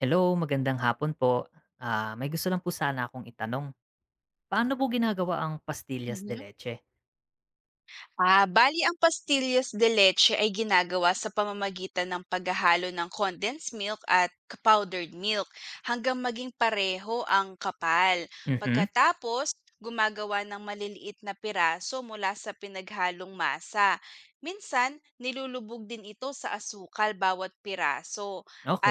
Hello, magandang hapon po. May gusto lang po sana akong itanong. Paano po ginagawa ang pastillas de Mhm. leche? Bali ang pastillas de leche ay ginagawa sa pamamagitan ng paghahalo ng condensed milk at powdered milk hanggang maging pareho ang kapal. Mhm. Pagkatapos, gumagawa ng maliliit na piraso mula sa pinaghalong masa. Minsan, nilulubog din ito sa asukal bawat piraso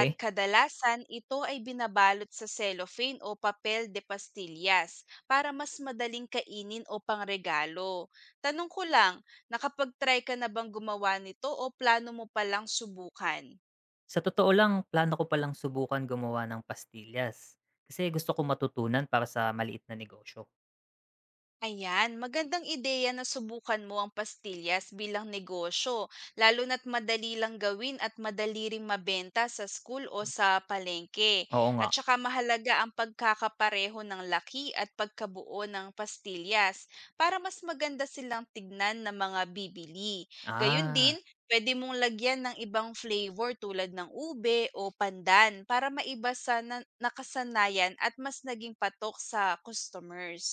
at kadalasan ito ay binabalot sa cellophane o papel de pastillas para mas madaling kainin o pangregalo. Tanong ko lang, nakapag-try ka na bang gumawa nito o plano mo palang subukan? Sa totoo lang, plano ko palang subukan gumawa ng pastillas, kasi gusto ko matutunan para sa maliit na negosyo. Ayan, magandang ideya na subukan mo ang pastillas bilang negosyo, lalo na't madali lang gawin at madali ring mabenta sa school o Hmm, sa palengke. oo nga. At saka mahalaga ang pagkakapareho ng laki at pagkabuo ng pastillas para mas maganda silang tignan ng mga bibili. Gayun din, Ah, pwede mong lagyan ng ibang flavor tulad ng ube o pandan para maiba sa nakasanayan at mas naging patok sa customers.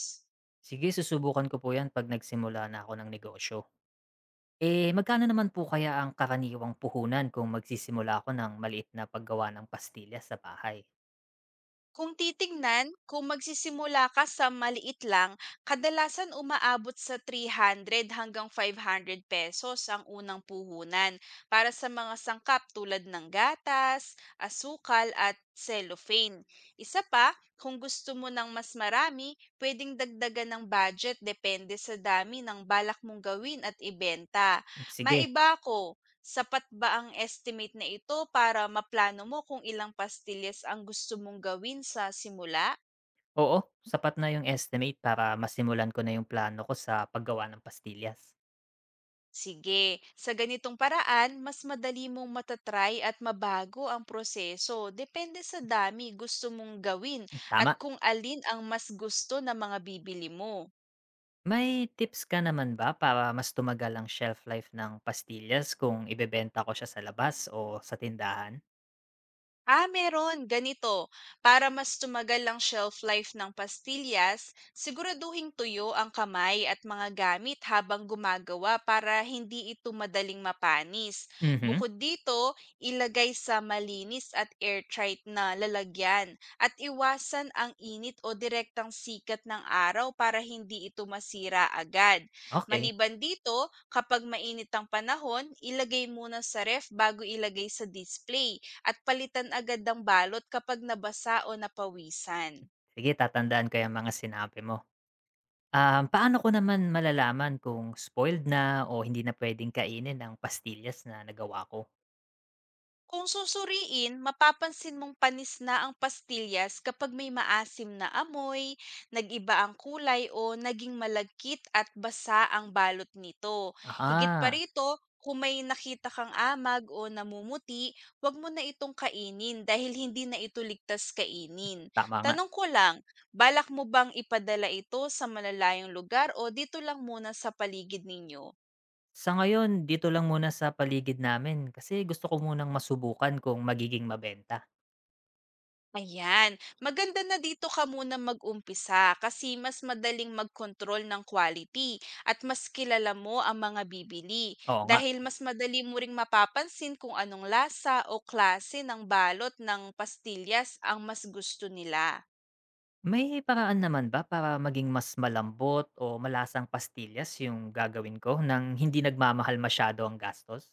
Sige, susubukan ko po 'yan 'pag nagsimula na ako ng negosyo. Eh, magkano naman po kaya ang karaniwang puhunan kung magsisimula ako ng maliit na paggawa ng pastillas sa bahay? Kung titingnan, kung magsisimula ka sa maliit lang, kadalasan umaabot sa 300 hanggang 500 pesos ang unang puhunan para sa mga sangkap tulad ng gatas, asukal at cellophane. Isa pa, kung gusto mo ng mas marami, pwedeng dagdagan ng budget depende sa dami ng balak mong gawin at ibenta. Hmm, sige. Maiba ko, sapat ba ang estimate na ito para maplano mo kung ilang pastillas ang gusto mong gawin sa simula? Oo, sapat na yung estimate para masimulan ko na yung plano ko sa paggawa ng pastillas. Sige, sa ganitong paraan, mas madali mong matatry at mabago ang proseso. Depende sa dami gusto mong gawin Hmm, at tama. kung alin ang mas gusto ng mga bibili mo. May tips ka naman ba para mas tumagal ang shelf life ng pastillas kung ibebenta ko siya sa labas o sa tindahan? Ah, meron. Ganito, para mas tumagal ang shelf life ng pastillas, siguraduhing tuyo ang kamay at mga gamit habang gumagawa para hindi ito madaling mapanis. Mhm. Bukod dito, ilagay sa malinis at airtight na lalagyan at iwasan ang init o direktang sikat ng araw para hindi ito masira agad. Okay. Maliban dito, kapag mainit ang panahon, ilagay muna sa ref bago ilagay sa display at palitan agad ang balot kapag nabasa o napawisan. Sige, tatandaan ko yung mga sinabi mo. Paano ko naman malalaman kung spoiled na o hindi na pwedeng kainin ng pastillas na nagawa ko? Kung susuriin, mapapansin mong panis na ang pastillas kapag may maasim na amoy, nag-iba ang kulay o naging malagkit at basa ang balot nito. Higit pa Aha, rito, kung may nakita kang amag o namumuti, huwag mo na itong kainin dahil hindi na ito ligtas kainin. tama nga. Tanong ko lang, balak mo bang ipadala ito sa malalayong lugar o dito lang muna sa paligid ninyo? Sa ngayon, dito lang muna sa paligid namin kasi gusto ko munang masubukan kung magiging mabenta. Ayan, maganda na dito ka muna mag-umpisa kasi mas madaling mag-control ng quality at mas kilala mo ang mga bibili Oo nga. dahil mas madali mo ring mapapansin kung anong lasa o klase ng balot ng pastillas ang mas gusto nila. May paraan naman ba para maging mas malambot o malasang pastillas yung gagawin ko nang hindi nagmamahal masyado ang gastos?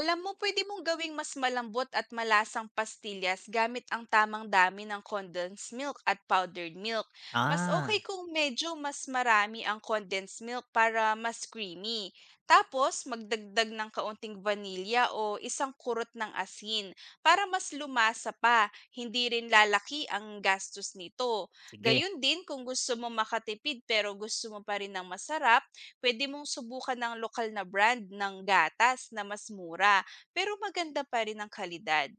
Alam mo, pwede mong gawing mas malambot at malasang pastillas gamit ang tamang dami ng condensed milk at powdered milk. Mas okay Ah, kung medyo mas marami ang condensed milk para mas creamy. Tapos, magdagdag ng kaunting vanilya o isang kurot ng asin para mas lumasa pa. Hindi rin lalaki ang gastos nito. sige. Gayun din kung gusto mo makatipid pero gusto mo pa rin ng masarap, puwede mong subukan ng lokal na brand ng gatas na mas mura, pero maganda pa rin ang kalidad.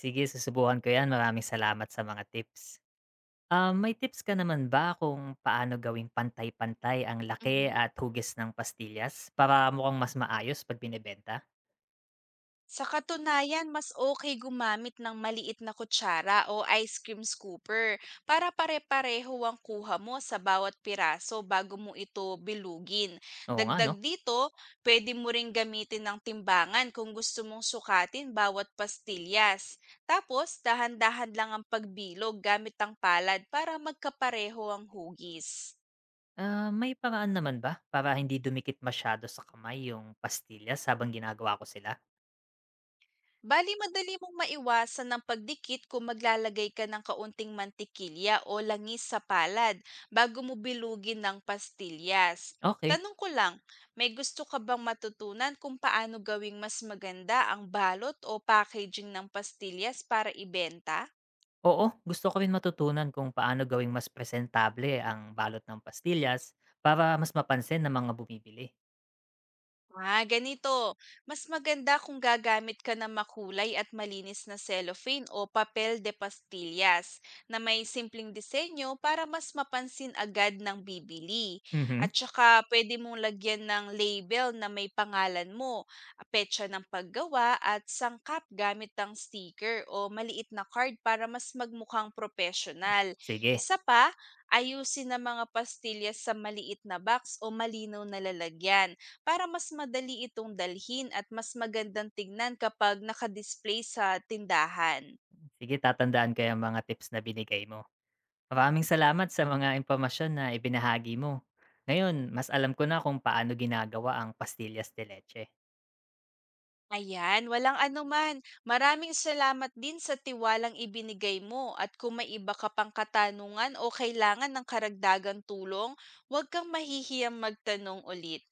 Sige, susubukan ko yan. Maraming salamat sa mga tips. May tips ka naman ba kung paano gawing pantay-pantay ang laki Mhm. at hugis ng pastillas para mukhang mas maayos pag binebenta? Sa katunayan, mas okay gumamit ng maliit na kutsara o ice cream scooper para pare-pareho ang kuha mo sa bawat piraso bago mo ito bilugin. Oo nga, no? Dagdag dito, pwede mo ring gamitin ng timbangan kung gusto mong sukatin bawat pastillas. Tapos, dahan-dahan lang ang pagbilog gamit ang palad para magkapareho ang hugis. May paraan naman ba para hindi dumikit masyado sa kamay yung pastillas habang ginagawa ko sila? Bali madali mong maiwasan ang pagdikit kung maglalagay ka ng kaunting mantikilya o langis sa palad bago mo bilugin ng pastillas. Okay. Tanong ko lang, may gusto ka bang matutunan kung paano gawing mas maganda ang balot o packaging ng pastillas para ibenta? Oo, gusto ko rin matutunan kung paano gawing mas presentable ang balot ng pastillas para mas mapansin ng mga bumibili. Ah, ganito. Mas maganda kung gagamit ka ng makulay at malinis na cellophane o papel de pastillas na may simpleng disenyo para mas mapansin agad ng bibili. Mhm, At saka pwede mong lagyan ng label na may pangalan mo, petsa ng paggawa at sangkap gamit ng sticker o maliit na card para mas magmukhang professional. sige. Isa pa, ayusin ang mga pastillas sa maliit na box o malinaw na lalagyan para mas madali itong dalhin at mas magandang tignan kapag nakadisplay sa tindahan. Sige, tatandaan ko yung mga tips na binigay mo. Maraming salamat sa mga impormasyon na ibinahagi mo. Ngayon, mas alam ko na kung paano ginagawa ang pastillas de leche. Ayan, walang anuman. Maraming salamat din sa tiwalang ibinigay mo at kung may iba ka pang katanungan o kailangan ng karagdagang tulong, huwag kang mahihiyang magtanong ulit.